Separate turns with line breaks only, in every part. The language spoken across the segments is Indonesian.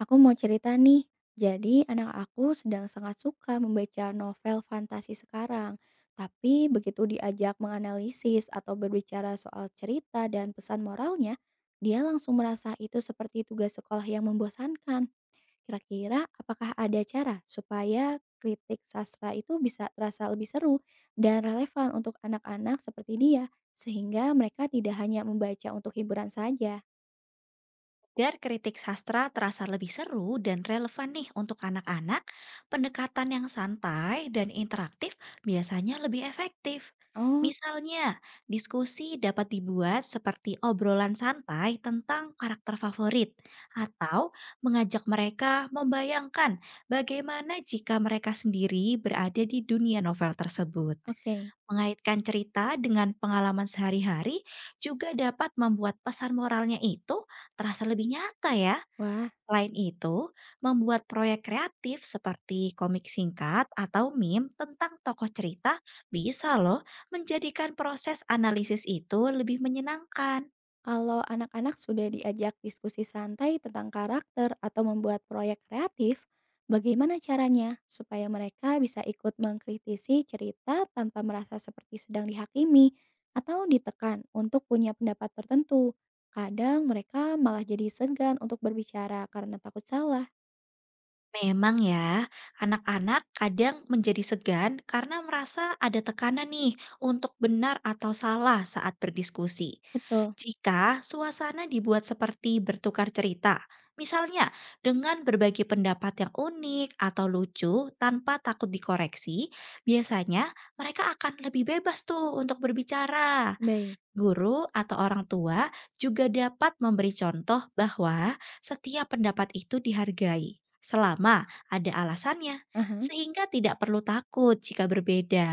Aku mau cerita nih. Jadi anak aku sedang sangat suka membaca novel fantasi sekarang. Tapi begitu diajak menganalisis atau berbicara soal cerita dan pesan moralnya, dia langsung merasa itu seperti tugas sekolah yang membosankan. Kira-kira apakah ada cara supaya kritik sastra itu bisa terasa lebih seru dan relevan untuk anak-anak seperti dia, sehingga mereka tidak hanya membaca untuk hiburan saja?
Biar kritik sastra terasa lebih seru dan relevan nih untuk anak-anak, pendekatan yang santai dan interaktif biasanya lebih efektif.
Oh,
Misalnya, diskusi dapat dibuat seperti obrolan santai tentang karakter favorit, atau mengajak mereka membayangkan bagaimana jika mereka sendiri berada di dunia novel tersebut.
oke.
Mengaitkan cerita dengan pengalaman sehari-hari juga dapat membuat pesan moralnya itu terasa lebih nyata ya.
Wah,
Selain itu, membuat proyek kreatif seperti komik singkat atau meme tentang tokoh cerita bisa loh menjadikan proses analisis itu lebih menyenangkan.
kalau anak-anak sudah diajak diskusi santai tentang karakter atau membuat proyek kreatif, bagaimana caranya supaya mereka bisa ikut mengkritisi cerita tanpa merasa seperti sedang dihakimi atau ditekan untuk punya pendapat tertentu? Kadang mereka malah jadi segan untuk berbicara karena takut salah.
Memang ya, anak-anak kadang menjadi segan karena merasa ada tekanan nih untuk benar atau salah saat berdiskusi.
Betul.
Jika suasana dibuat seperti bertukar cerita, misalnya dengan berbagi pendapat yang unik atau lucu tanpa takut dikoreksi, biasanya mereka akan lebih bebas tuh untuk berbicara.
Baik.
Guru atau orang tua juga dapat memberi contoh bahwa setiap pendapat itu dihargai selama ada alasannya,
Aha.
sehingga tidak perlu takut jika berbeda.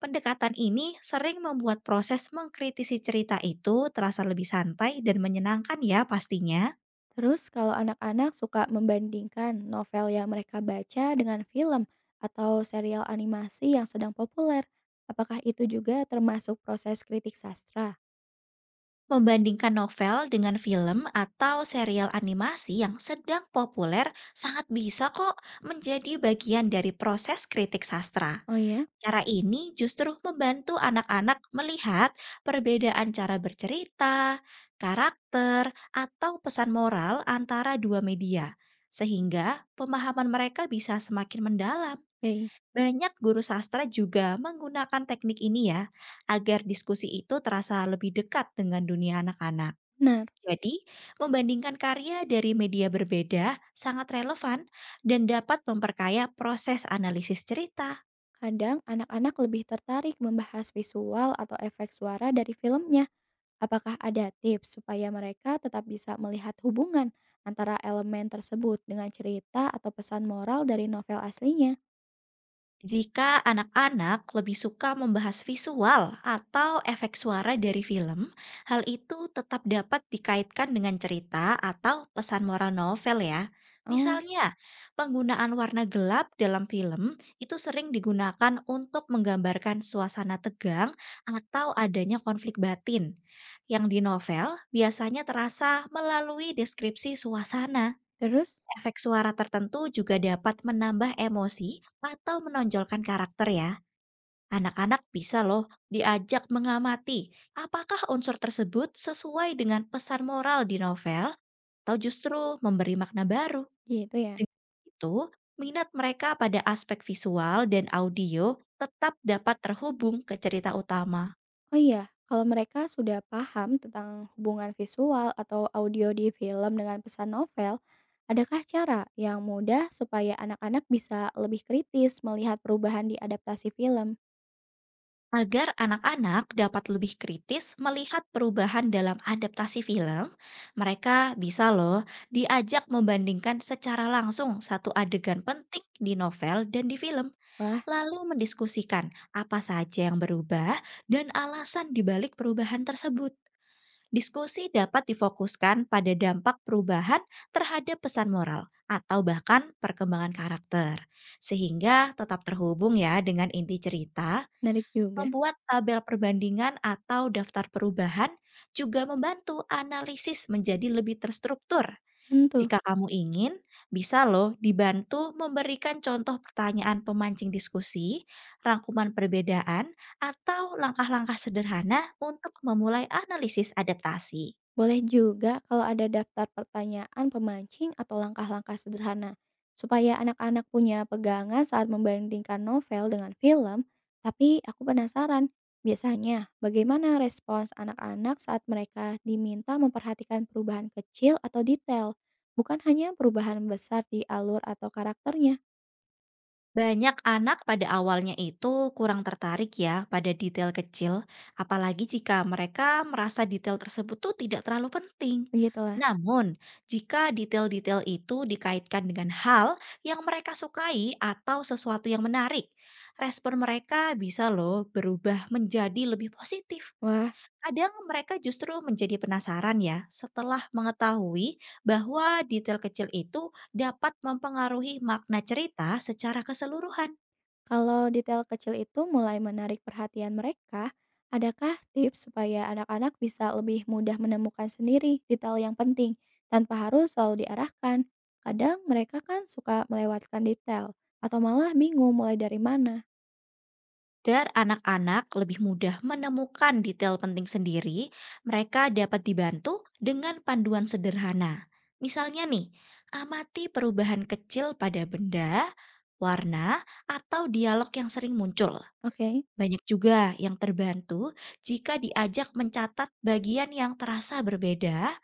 Pendekatan ini sering membuat proses mengkritisi cerita itu terasa lebih santai dan menyenangkan ya pastinya,
Terus kalau anak-anak suka membandingkan novel yang mereka baca dengan film atau serial animasi yang sedang populer, apakah itu juga termasuk proses kritik sastra?
membandingkan novel dengan film atau serial animasi yang sedang populer sangat bisa kok menjadi bagian dari proses kritik sastra.
Oh ya,
Cara ini justru membantu anak-anak melihat perbedaan cara bercerita, karakter, atau pesan moral antara dua media, sehingga pemahaman mereka bisa semakin mendalam.
oke,
Banyak guru sastra juga menggunakan teknik ini ya, agar diskusi itu terasa lebih dekat dengan dunia anak-anak.
benar.
Jadi, membandingkan karya dari media berbeda sangat relevan dan dapat memperkaya proses analisis cerita.
Kadang anak-anak lebih tertarik membahas visual atau efek suara dari filmnya. Apakah ada tips supaya mereka tetap bisa melihat hubungan antara elemen tersebut dengan cerita atau pesan moral dari novel aslinya?
Jika anak-anak lebih suka membahas visual atau efek suara dari film, hal itu tetap dapat dikaitkan dengan cerita atau pesan moral novel ya.
Oh,
Misalnya, penggunaan warna gelap dalam film itu sering digunakan untuk menggambarkan suasana tegang atau adanya konflik batin. Yang di novel biasanya terasa melalui deskripsi suasana.
terus
Efek suara tertentu juga dapat menambah emosi atau menonjolkan karakter ya. Anak-anak bisa loh diajak mengamati apakah unsur tersebut sesuai dengan pesan moral di novel atau justru memberi makna baru.
gitu ya.
Dengan itu, minat mereka pada aspek visual dan audio tetap dapat terhubung ke cerita utama.
Oh iya, kalau mereka sudah paham tentang hubungan visual atau audio di film dengan pesan novel, adakah cara yang mudah supaya anak-anak bisa lebih kritis melihat perubahan di adaptasi film?
Agar anak-anak dapat lebih kritis melihat perubahan dalam adaptasi film, mereka bisa loh diajak membandingkan secara langsung satu adegan penting di novel dan di film,
Wah,
lalu mendiskusikan apa saja yang berubah dan alasan dibalik perubahan tersebut. Diskusi dapat difokuskan pada dampak perubahan terhadap pesan moral atau bahkan perkembangan karakter, sehingga tetap terhubung ya dengan inti cerita.
menarik juga.
Membuat tabel perbandingan atau daftar perubahan juga membantu analisis menjadi lebih terstruktur.
Tentu.
Jika kamu ingin, bisa loh dibantu memberikan contoh pertanyaan pemancing diskusi, rangkuman perbedaan, atau langkah-langkah sederhana untuk memulai analisis adaptasi.
Boleh juga kalau ada daftar pertanyaan pemancing atau langkah-langkah sederhana, supaya anak-anak punya pegangan saat membandingkan novel dengan film. Tapi aku penasaran, biasanya bagaimana respons anak-anak saat mereka diminta memperhatikan perubahan kecil atau detail, bukan hanya perubahan besar di alur atau karakternya,
Banyak anak pada awalnya itu kurang tertarik ya pada detail kecil, apalagi jika mereka merasa detail tersebut tuh tidak terlalu penting.
begitulah.
Namun, jika detail-detail itu dikaitkan dengan hal yang mereka sukai atau sesuatu yang menarik, respon mereka bisa loh berubah menjadi lebih positif.
Wah,
Kadang mereka justru menjadi penasaran ya, setelah mengetahui bahwa detail kecil itu dapat mempengaruhi makna cerita secara keseluruhan.
kalau detail kecil itu mulai menarik perhatian mereka, adakah tips supaya anak-anak bisa lebih mudah menemukan sendiri detail yang penting tanpa harus selalu diarahkan? Kadang mereka kan suka melewatkan detail atau malah bingung mulai dari mana.
Dan anak-anak lebih mudah menemukan detail penting sendiri, mereka dapat dibantu dengan panduan sederhana. Misalnya nih, amati perubahan kecil pada benda, warna, atau dialog yang sering muncul.
Oke,
Banyak juga yang terbantu jika diajak mencatat bagian yang terasa berbeda,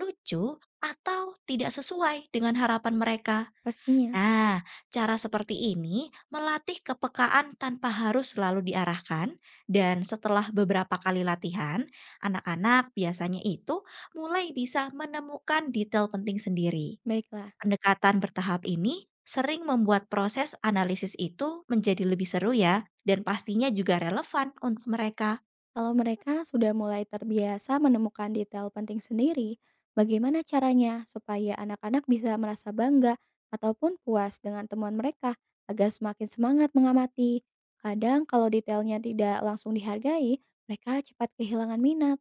lucu, atau tidak sesuai dengan harapan mereka.
pastinya.
Nah, cara seperti ini melatih kepekaan tanpa harus selalu diarahkan, dan setelah beberapa kali latihan, anak-anak biasanya itu mulai bisa menemukan detail penting sendiri.
Baiklah.
Pendekatan bertahap ini sering membuat proses analisis itu menjadi lebih seru ya, dan pastinya juga relevan untuk mereka.
Kalau mereka sudah mulai terbiasa menemukan detail penting sendiri, bagaimana caranya supaya anak-anak bisa merasa bangga ataupun puas dengan temuan mereka agar semakin semangat mengamati? Kadang kalau detailnya tidak langsung dihargai, mereka cepat kehilangan minat.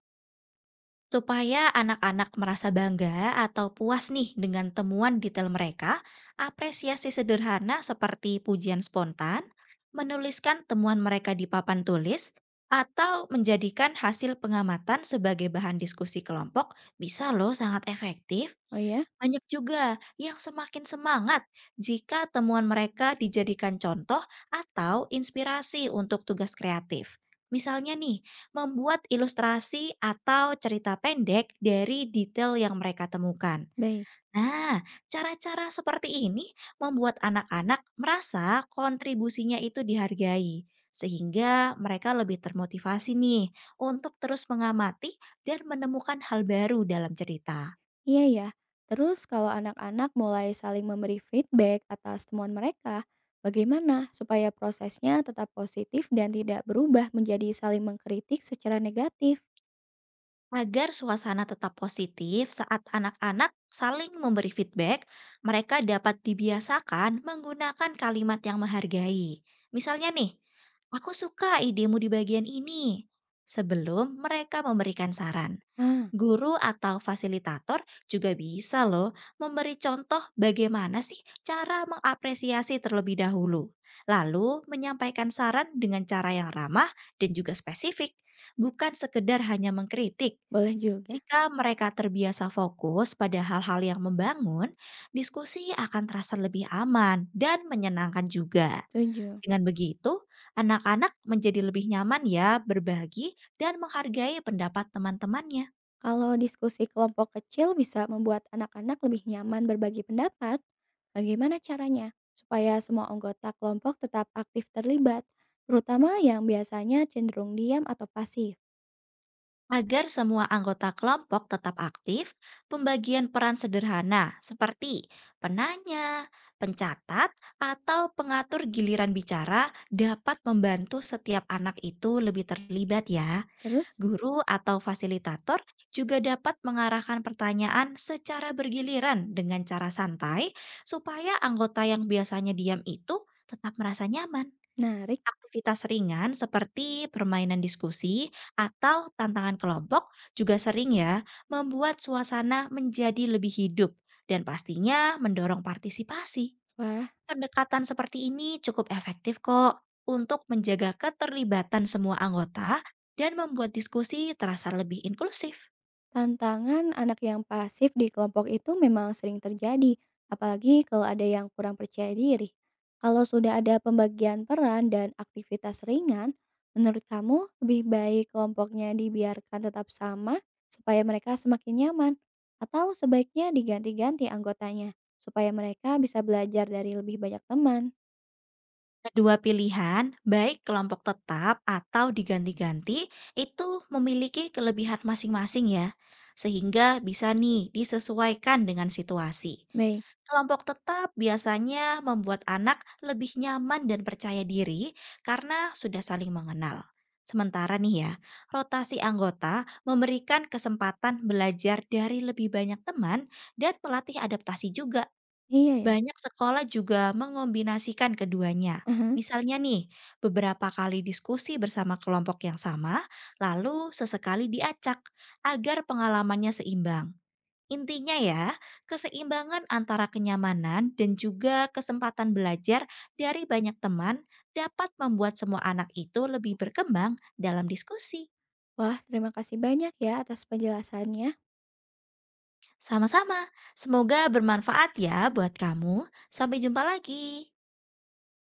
Supaya anak-anak merasa bangga atau puas nih dengan temuan detail mereka, apresiasi sederhana seperti pujian spontan, menuliskan temuan mereka di papan tulis, atau menjadikan hasil pengamatan sebagai bahan diskusi kelompok bisa loh sangat efektif.
Oh ya?
Banyak juga yang semakin semangat jika temuan mereka dijadikan contoh atau inspirasi untuk tugas kreatif. Misalnya nih, membuat ilustrasi atau cerita pendek dari detail yang mereka temukan.
Baik.
Nah, cara-cara seperti ini membuat anak-anak merasa kontribusinya itu dihargai, sehingga mereka lebih termotivasi nih untuk terus mengamati dan menemukan hal baru dalam cerita.
Iya ya. Terus kalau anak-anak mulai saling memberi feedback atas temuan mereka, bagaimana supaya prosesnya tetap positif dan tidak berubah menjadi saling mengkritik secara negatif?
Agar suasana tetap positif saat anak-anak saling memberi feedback, mereka dapat dibiasakan menggunakan kalimat yang menghargai. Misalnya nih, aku suka idemu di bagian ini. Sebelum mereka memberikan saran,
Ah,
guru atau fasilitator juga bisa loh memberi contoh bagaimana sih cara mengapresiasi terlebih dahulu. Lalu menyampaikan saran dengan cara yang ramah dan juga spesifik, bukan sekedar hanya mengkritik.
boleh juga.
Jika mereka terbiasa fokus pada hal-hal yang membangun, diskusi akan terasa lebih aman dan menyenangkan juga.
Setuju.
Dengan begitu, anak-anak menjadi lebih nyaman ya berbagi dan menghargai pendapat teman-temannya.
Kalau diskusi kelompok kecil bisa membuat anak-anak lebih nyaman berbagi pendapat, bagaimana caranya supaya semua anggota kelompok tetap aktif terlibat, terutama yang biasanya cenderung diam atau pasif?
Agar semua anggota kelompok tetap aktif, pembagian peran sederhana seperti penanya, pencatat, atau pengatur giliran bicara dapat membantu setiap anak itu lebih terlibat ya.
Terus,
Guru atau fasilitator juga dapat mengarahkan pertanyaan secara bergiliran dengan cara santai supaya anggota yang biasanya diam itu tetap merasa nyaman.
menarik.
Aktivitas ringan seperti permainan diskusi atau tantangan kelompok juga sering ya membuat suasana menjadi lebih hidup dan pastinya mendorong partisipasi.
Wah,
Pendekatan seperti ini cukup efektif kok untuk menjaga keterlibatan semua anggota dan membuat diskusi terasa lebih inklusif.
tantangan anak yang pasif di kelompok itu memang sering terjadi, apalagi kalau ada yang kurang percaya diri. Kalau sudah ada pembagian peran dan aktivitas ringan, menurut kamu lebih baik kelompoknya dibiarkan tetap sama supaya mereka semakin nyaman? Atau sebaiknya diganti-ganti anggotanya supaya mereka bisa belajar dari lebih banyak teman?
Kedua pilihan, baik kelompok tetap atau diganti-ganti, itu memiliki kelebihan masing-masing ya, sehingga bisa nih disesuaikan dengan situasi.
Baik,
Kelompok tetap biasanya membuat anak lebih nyaman dan percaya diri karena sudah saling mengenal. Sementara nih ya, rotasi anggota memberikan kesempatan belajar dari lebih banyak teman dan pelatih adaptasi juga.
iya ya.
Banyak sekolah juga mengombinasikan keduanya.
Aha.
Misalnya nih, beberapa kali diskusi bersama kelompok yang sama, lalu sesekali diacak agar pengalamannya seimbang. Intinya ya, keseimbangan antara kenyamanan dan juga kesempatan belajar dari banyak teman dapat membuat semua anak itu lebih berkembang dalam diskusi.
Wah, terima kasih banyak ya atas penjelasannya.
Sama-sama, semoga bermanfaat ya buat kamu. Sampai jumpa lagi.